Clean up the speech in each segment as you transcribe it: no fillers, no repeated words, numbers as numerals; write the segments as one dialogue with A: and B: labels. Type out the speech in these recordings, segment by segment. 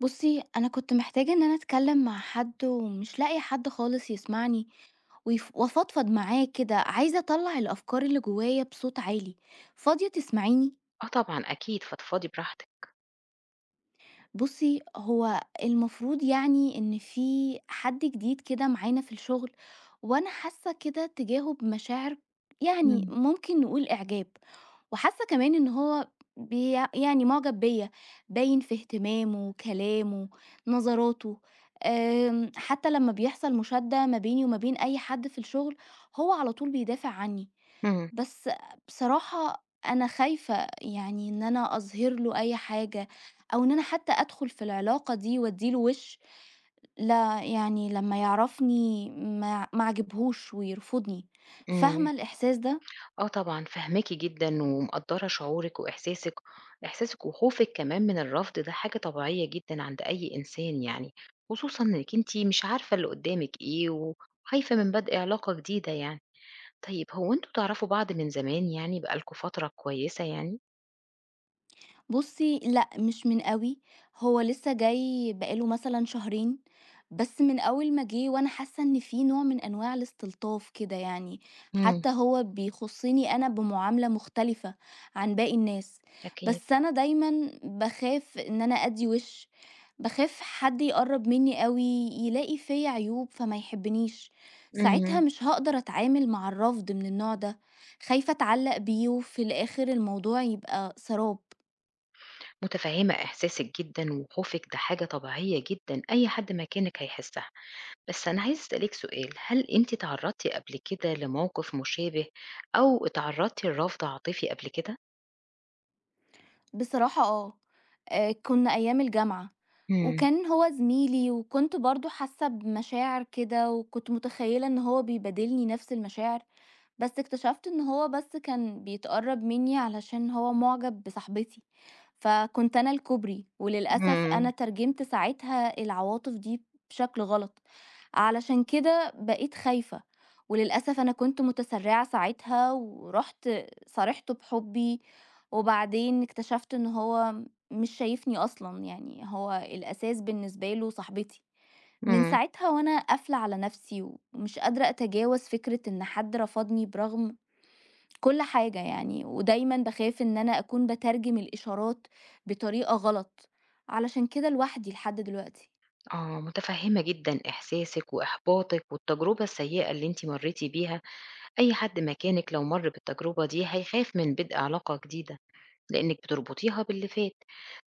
A: بُصّي، أنا كنت محتاجة إن أنا أتكلّم مع حد ومش لاقية حد خالص يسمعني ويف وأفضفض معاه كده، عايزة أطلّع الأفكار اللي جوّايا بصوت عالي، فاضية تسمعيني؟
B: آه طبعًا أكيد، فضفضي براحتك.
A: بُصّي، هو المفروض يعني إن في حد جديد كده معانا في الشغل وأنا حاسة كده تجاهه بمشاعر يعني
B: إمم.
A: ممكن نقول إعجاب. وحاسة كمان إن هو يعني مُعجب بيّا، باين في اهتمامه، كلامه، نظراته، حتى لمّا بيحصل مشادة ما بيني وما بين أي حد في الشغل، هو على طول بيدافع عني،
B: إمم،
A: بس بصراحة أنا خايفة يعني إن أنا أظهر له أي حاجة، أو إن أنا حتى أدخل في العلاقة دي وأدّي له وِش، لا يعني لمّا يعرفني ما عجبهوش ويرفضني،
B: إمم.
A: فاهمة الإحساس ده؟
B: آه طبعًا فاهماكِ جدًا ومقدّرة شعورِك وإحساسِك وخوفِك كمان من الرفض ده حاجة طبيعية جدًا عند أي إنسان يعني، خصوصًا إنِّك أنتِ مش عارفة اللي قدّامِك إيه وخايفة من بدء علاقة جديدة يعني. طيب هو أنتم تعرفوا بعض من زمان يعني بقى لكم فترة كويسة يعني؟
A: بُصّي، لأ مش من أوي، هو لسه جاي بقى له مثلًا شهرين، بس من أول ما جه وأنا حاسة إن في نوع من أنواع الاستلطاف كده يعني،
B: إمم،
A: حتى هو بيخُصّني أنا بمعاملة مختلفة عن باقي الناس،
B: أكيد.
A: بس أنا دايمًا باخاف إن أنا أدّي وِش، باخاف حد يقرّب منّي أوي، يلاقي فيّا عيوب فما يحبنيش، ساعتها
B: إمم،
A: مش هاقدر أتعامل مع الرفض من النوع ده، خايفة أتعلّق بيه وفي الآخر الموضوع يبقى سراب.
B: متفهّمة إحساسِك جدًا وخوفِك ده حاجة طبيعية جدًا، أي حد مكانِك هيحسّها. بس أنا عايزة أسألِك سؤال، هل أنتِ اتعرّضتِ قبل كده لموقف مشابه أو اتعرّضتِ لرفض عاطفي قبل كده؟
A: بصراحة آه، كنا أيام الجامعة،
B: إمم،
A: وكان هو زميلي وكنت برضه حاسة بمشاعر كده، وكنت متخيلة إن هو بيبادلني نفس المشاعر. بس اكتشفت إن هو بس كان بيتقرّب منّي علشان هو مُعجب بصاحبتي، فكنت أنا الكوبري، وللأسف أنا
B: إمم،
A: ترجمت ساعتها العواطف دي بشكل غلط، علشان كده بقيت خايفة، وللأسف أنا كنت متسرعة ساعتها ورُحت صارحته بحُبّي، وبعدين اكتشفت إن هو مش شايفني أصلًا، يعني هو الأساس بالنسبة له صاحبتي. من
B: إمم،
A: ساعتها وأنا قافلة على نفسي و ومش قادرة أتجاوز فكرة إن حد رفضني برغم كل حاجة يعني، ودايمًا باخاف إن أنا أكون باترجم الإشارات بطريقة غلط، علشان كده لوحدي لحد دلوقتي.
B: آه، متفهّمة جدًا إحساسِك وإحباطِك والتجربة السيئة اللي أنتِ مرّيتِ بيها، أي حد مكانِك لو مَر بالتجربة دي هيخاف من بدء علاقة جديدة، لإنِّك بتربطيها باللي فات.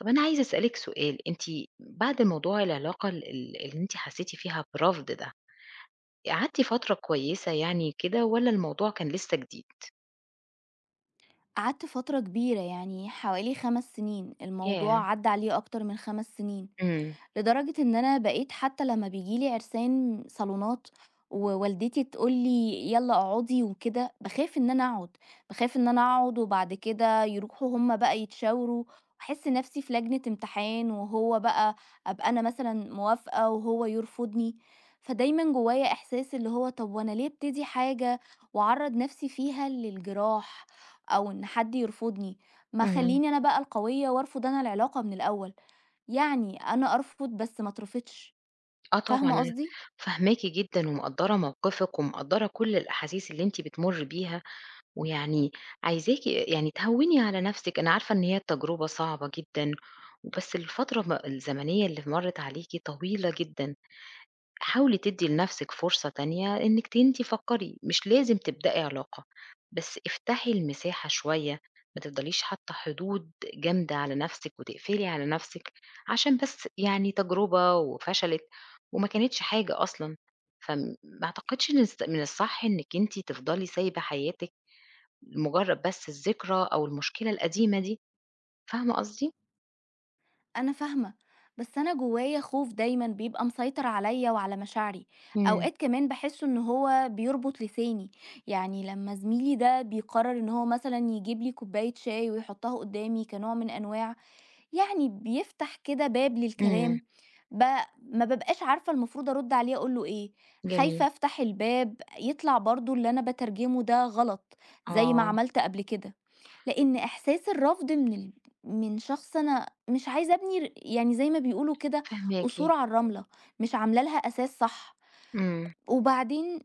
B: طَب أنا عايزة أسألِك سؤال، أنتِ بعد موضوع العلاقة ال ال اللي أنتِ حسّيتِ فيها برفض ده، قعدتِ فترة كويسة يعني كده والّا الموضوع كان لسه جديد؟
A: قعدت فترة كبيرة يعني حوالي 5 سنين،
B: ياه!
A: الموضوع عدّى عليه أكتر من 5 سنين.
B: إمم،
A: لدرجة إن أنا بقيت حتى لمّا بييجي لي عرسان صالونات ووالدتي تقول لي: "يالّا اقعدي" وكده، باخاف إن أنا أقعد، باخاف إن أنا أقعد وبعد كده يروحوا هم بقى يتشاوروا، واحس نفسي في لجنة امتحان، وهو بقى أبقى أنا مثلًا موافقة وهو يرفضني، فدايمًا جوايا إحساس اللي هو طب وأنا ليه أبتدي حاجة وأعرّض نفسي فيها للجراح أو إن حد يرفضني، ما
B: اهم.
A: خلّيني أنا بقى القوية وأرفض أنا العلاقة من الأول. يعني أنا أرفض بس ما اترفضش،
B: آه طبعًا،
A: فاهمة
B: أنا
A: قصدي؟
B: فاهماكِ جدًا ومقدّرة موقفِك ومقدّرة كل الأحاسيس اللي أنتِ بتمُرّي بيها، ويعني عايزاكِ يعني تهوّني على نَفْسِك، أنا عارفة إن هي تجربة صعبة جدًا، بس الفترة الزمنية اللي مرّت عليكِ طويلة جدًا، حاولي تدّي لنفسِك فرصة تانية إنِّك أنتِ فكّري، مش لازم تبدئي علاقة، بس افتحي المساحة شوية، ما تفضليش حاطّة حدود جامدة على نفسِك وتقفلي على نفسِك، عشان بس يعني تجربة وفشلت وما كانتش حاجة أصلًا، فم ما أعتقدش إن من الصح إنِّك أنتِ تفضلي سايبة حياتِك لمجرد بس الذكرى أو المشكلة القديمة دي، فاهمة قصدي؟
A: أنا فاهمة، بس أنا جوايا خوف دايمًا بيبقى مسيطر عليّا وعلى مشاعري،
B: إمم،
A: أوقات كمان باحس إن هو بيربط لساني، يعني لمّا زميلي ده بيقرر إن هو مثلًا يجيب لي كوباية شاي ويحطها قدامي كنوع من أنواع يعني بيفتح كده باب
B: إمم،
A: للكلام، ب ما بابقاش عارفة المفروض أرد عليه أقول له إيه،
B: جميل.
A: خايفة أفتح الباب يطلع برضه اللي أنا باترجمه ده غلط، زي ما
B: آه،
A: عملت قبل كده. لإن إحساس الرفض من شخص أنا مش عايزة أبني يعني زي ما بيقولوا كده
B: فاهماكِ.
A: قصور على الرملة، مش عاملة لها أساس صح،
B: إمم،
A: وبعدين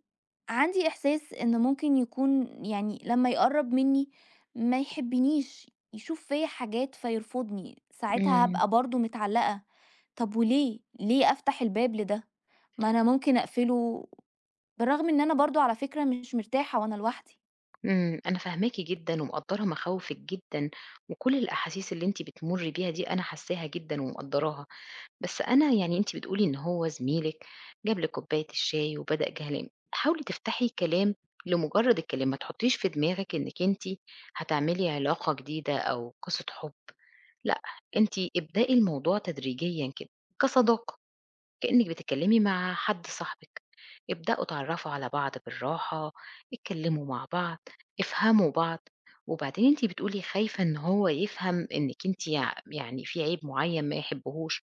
A: عندي إحساس إن ممكن يكون يعني لمّا يقرّب منّي ما يحبنيش، يشوف فيّا حاجات فيرفضني، ساعتها
B: إمم.
A: هابقى برضه متعلقة، طب وليه، ليه أفتح الباب لده؟ ما أنا ممكن أقفله بالرغم إن أنا برضه على فكرة مش مرتاحة وأنا لوحدي.
B: إمم، أنا فاهماكِ جدًا ومقدّرة مخاوفِك جدًا، وكل الأحاسيس اللي أنتِ بتمُرّي بيها دي أنا حاساها جدًا ومقدّراها، بس أنا يعني أنتِ بتقولي إن هو زميلِك جاب لِك كوباية الشاي وبدأ جَهلان، حاولي تفتحي كلام لمجرّد الكلام، ما تحطّيش في دماغِك إنِّك أنتِ هتعملي علاقة جديدة أو قصة حُب، لأ، أنتِ ابدئي الموضوع تدريجيًا كده كصداقة. كأنِّك بتتكلّمي مع حد صاحبِك، ابدأوا اتعرّفوا على بعض بالراحة، اتكلّموا مع بعض، افهموا بعض، وبعدين أنتِ بتقولي خايفة إن هو يفهم إنِّك أنتِ يعني في عيب معيّن ما يحبّهوش،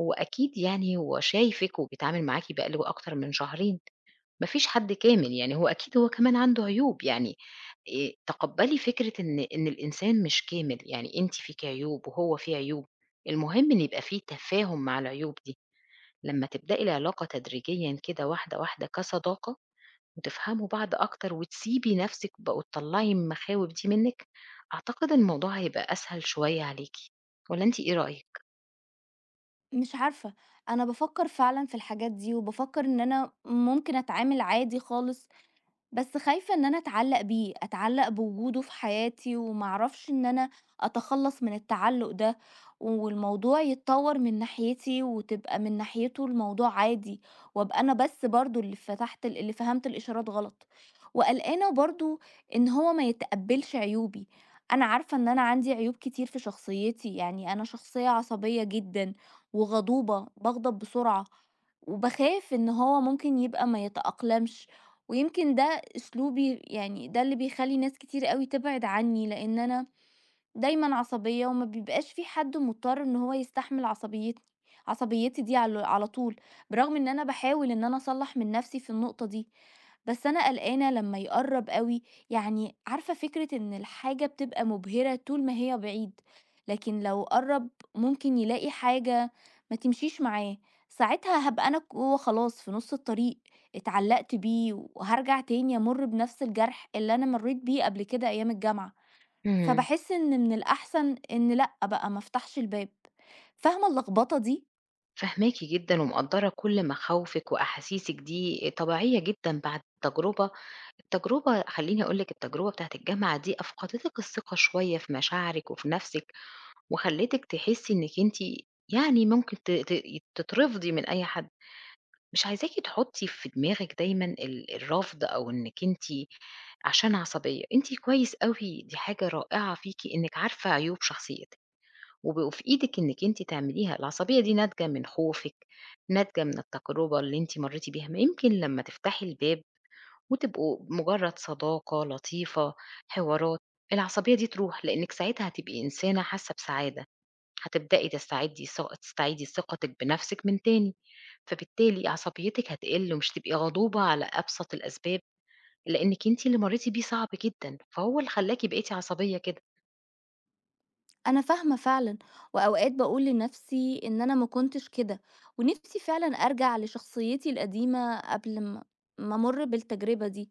B: هو أكيد يعني هو شايفِك وبيتعامل معاكِ بقى له أكتر من شهرين، ما فيش حد كامل، يعني هو أكيد هو كمان عنده عيوب يعني تقبّلي فكرة إن الإنسان مش كامل، يعني أنتِ فيكِ عيوب وهو فيه عيوب، المهم إن يبقى في تفاهم مع العيوب دي. لمّا تبدئي العلاقة تدريجيًا كده واحدة، واحدة كصداقة وتفهموا بعض أكتر وتسيبي نَفْسِك بقى وتطلّعي المخاوف دي منِّك، أعتقد الموضوع هيبقى أسهل شوية عليكِ والّا أنتِ إيه رأيِك؟
A: مش عارفة، أنا بافكّر فعلًا في الحاجات دي، وبافكّر إن أنا ممكن أتعامل عادي خالص بس خايفة إن أنا أتعلّق بيه، أتعلّق بوجوده في حياتي وما أعرفش إن أنا أتخلّص من التعلُّق ده، والموضوع يتطوّر من ناحيتي وتبقى من ناحيته الموضوع عادي، وأبقى أنا بس برضه اللي فتحت اللي فهمت الإشارات غلط، وقلقانة برضه إن هو ما يتقبّلش عيوبي، أنا عارفة إن أنا عندي عيوب كتير في شخصيتي، يعني أنا شخصية عصبية جدًا وغضوبة، باغضب بسرعة، وباخاف إن هو ممكن يبقى ما يتأقلمش، ويمكن ده أسلوبي يعني ده اللي بيخلّي ناس كتير أوي تبعد عني، لإن أنا دايمًا عصبية وما بيبقاش في حد مضطر إن هو يستحمل عصبيتني عصبيتي دي على طول، برغم إن أنا باحاول إن أنا أصلّح من نفسي في النقطة دي، بس أنا قلقانة لمّا يقرّب أوي، يعني عارفة فكرة إن الحاجة بتبقى مبهرة طول ما هي بعيد، لكن لو قرّب ممكن يلاقي حاجة ما تمشيش معاه، ساعتها هابقى أنا جوّه خلاص في نُص الطريق، اتعلّقت بيه وهارجع تاني أمُر بنفس الجرح اللي أنا مرّيت بيه قبل كده أيام الجامعة.
B: إمم.
A: فباحس إن من الأحسن إن لأ بقى ما افتحش الباب. فاهمة اللخبطة دي؟
B: فاهماكِ جدًا ومقدّرة كل مخاوفِك وأحاسيسِك دي طبيعية جدًا بعد التجربة خلّيني أقول لِك التجربة بتاعة الجامعة دي أفقدتِك الثقة شوية في مشاعرِك وفي نَفْسِك وخلّتِك تحسّي إنِّك أنتِ يعني ممكن ت ت تترفضي من أي حد. مش عايزاكِ تحطّي في دماغِك دايمًا الرفض أو إنِّك أنتِ عشان عصبية، أنتِ كويس أوي، دي حاجة رائعة فيكِ إنِّك عارفة عيوب شخصيتِك، وبقوا في إيدِك إنِّك أنتِ تعمليها، العصبية دي ناتجة من خوفِك، ناتجة من التجربة اللي أنتِ مرّيتِ بيها، ما يمكن لمّا تفتحي الباب وتبقوا مجرّد صداقة لطيفة، حوارات، العصبية دي تروح، لإنِّك ساعتها هتبقي إنسانة حاسة بسعادة. هتبدئي تستعدي ث تستعيدي ثقتِك بنفسِك من تاني، فبالتالي عصبيتِك هتقل ومش هتبقي غضوبة على أبسط الأسباب، لإنِّك أنتِ اللي مرّيتِ بيه صعب جدًا، فهو اللي خلّاكِ بقيتِ عصبية كده.
A: أنا فاهمة فعلًا، وأوقات باقول لنفسي إن أنا ما كنتش كده، ونفسي فعلًا أرجع لشخصيتي القديمة قبل ما أمُر بالتجربة دي،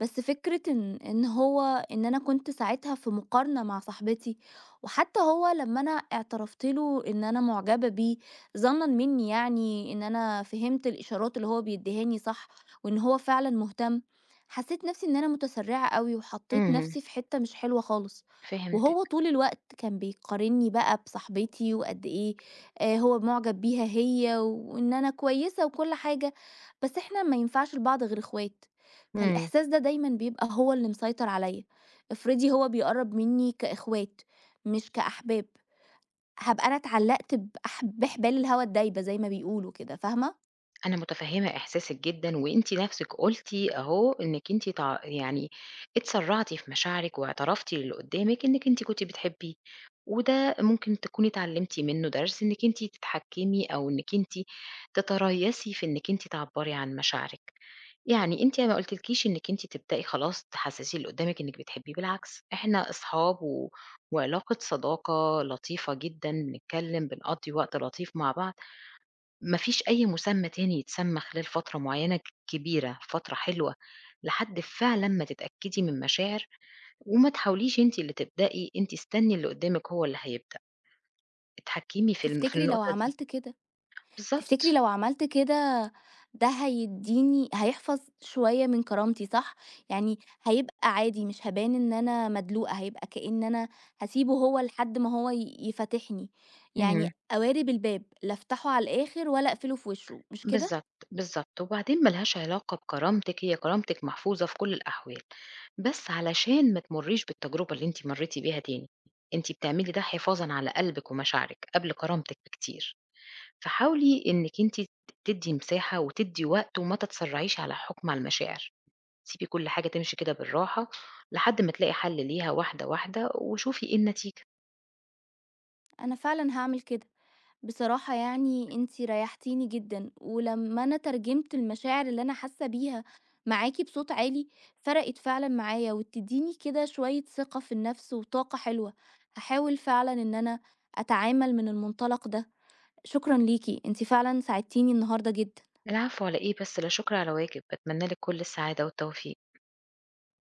A: بس فكرة إن أنا كنت ساعتها في مقارنة مع صاحبتي، وحتى هو لمّا أنا اعترفت له إن أنا معجبة بيه، ظنًا مني يعني إن أنا فهمت الإشارات اللي هو بيديهاني صح، وإن هو فعلًا مهتم، حسيت نفسي إن أنا متسرعة أوي، وحطيت
B: إمم،
A: نفسي في حتة مش حلوة خالص.
B: فهمتِك،
A: وهو طول الوقت كان بيقارنّي بقى بصاحبتي وقد إيه هو مُعجب بيها هي وإن أنا كويسة وكل حاجة، بس إحنا ما ينفعش لبعض غير إخوات،
B: إمم.
A: فالإحساس ده دايمًا بيبقى هو اللي مسيطر عليّا، افرضي هو بيقرّب منّي كإخوات مش كأحباب، هابقى أنا اتعلّقت بحبال الهوا الدايبة زي ما بيقولوا كده، فاهمة؟
B: أنا متفهمة إحساسِك جدًا، وأنتِ نفسِك قُلتِ أهو إنِّك أنتِ يعني اتسرّعتِ في مشاعرِك واعترفتِ للي قدّامِك إنِّك أنتِ كنتِ بتحبيه، وده ممكن تكوني اتعلمتِ منّه درس إنِّك أنتِ تتحكمي أو إنِّك أنتِ تتريثي في إنِّك أنتِ تعبّري عن مشاعرِك. يعني أنتِ ما قُلتلكيش إنِّك أنتِ تبدئي خلاص تحسّسي اللي قدّامِك إنِّك بتحبيه، بالعكس إحنا أصحاب وعلاقة صداقة لطيفة جدًا، بنتكلم، بنقضّي وقت لطيف مع بعض. ما فيش أي مسمى تاني يتسمى خلال فترة معيّنة كبيرة، فترة حلوة، لحد فعلًا ما تتأكدي من مشاعر وما تحاوليش أنتِ اللي تبدئي، أنتِ استني اللي قدّامِك هو اللي هيبدأ، اتحكمي في
A: تفتكري لو
B: النقطة دي.
A: عملت كده تفتكري
B: بالضبط،
A: لو عملت كده ده هيدّيني هيحفظ شوية من كرامتي صح؟ يعني هيبقى عادي مش هابان إن أنا مدلوقة، هيبقى كأن أنا هاسيبه هو لحد ما هو يفتحني، يعني
B: إمم،
A: قوارب الباب لا أفتحه على الآخر ولا أقفله في وشه، مش كده؟
B: بالضبط، بالضبط، وبعدين ما لهاش علاقة بكرامتِك، هي كرامتِك محفوظة في كل الأحوال، بس علشان ما تمرّيش بالتجربة اللي أنتِ مرّيتِ بيها تاني، أنتِ بتعملي ده حفاظًا على قلبِك ومشاعرِك قبل كرامتِك بكتير. فحاولي إنِّك أنتِ تدّي مساحة وتدّي وقت وما تتسرّعيش على حُكم على المشاعر، سيبي كل حاجة تمشي كده بالراحة لحد ما تلاقي حَل ليها واحدة، واحدة وشوفي إيه النتيجة.
A: أنا فعلًا هاعمل كده. بصراحة يعني انتي ريحتيني جدًا، ولمّا أنا ترجمت المشاعر اللي أنا حاسة بيها معاكِ بصوت عالي، فرقت فعلًا معايا وبتديني كده شوية ثقة في النفس وطاقة حلوة، هاحاول فعلًا إن أنا أتعامل من المنطلق ده، شكرًا ليكِ، أنتِ فعلًا ساعدتيني النهارده جدًا.
B: العفو على إيه بس، لا شُكر على واجب. باتمنى لِك كل السعادة والتوفيق.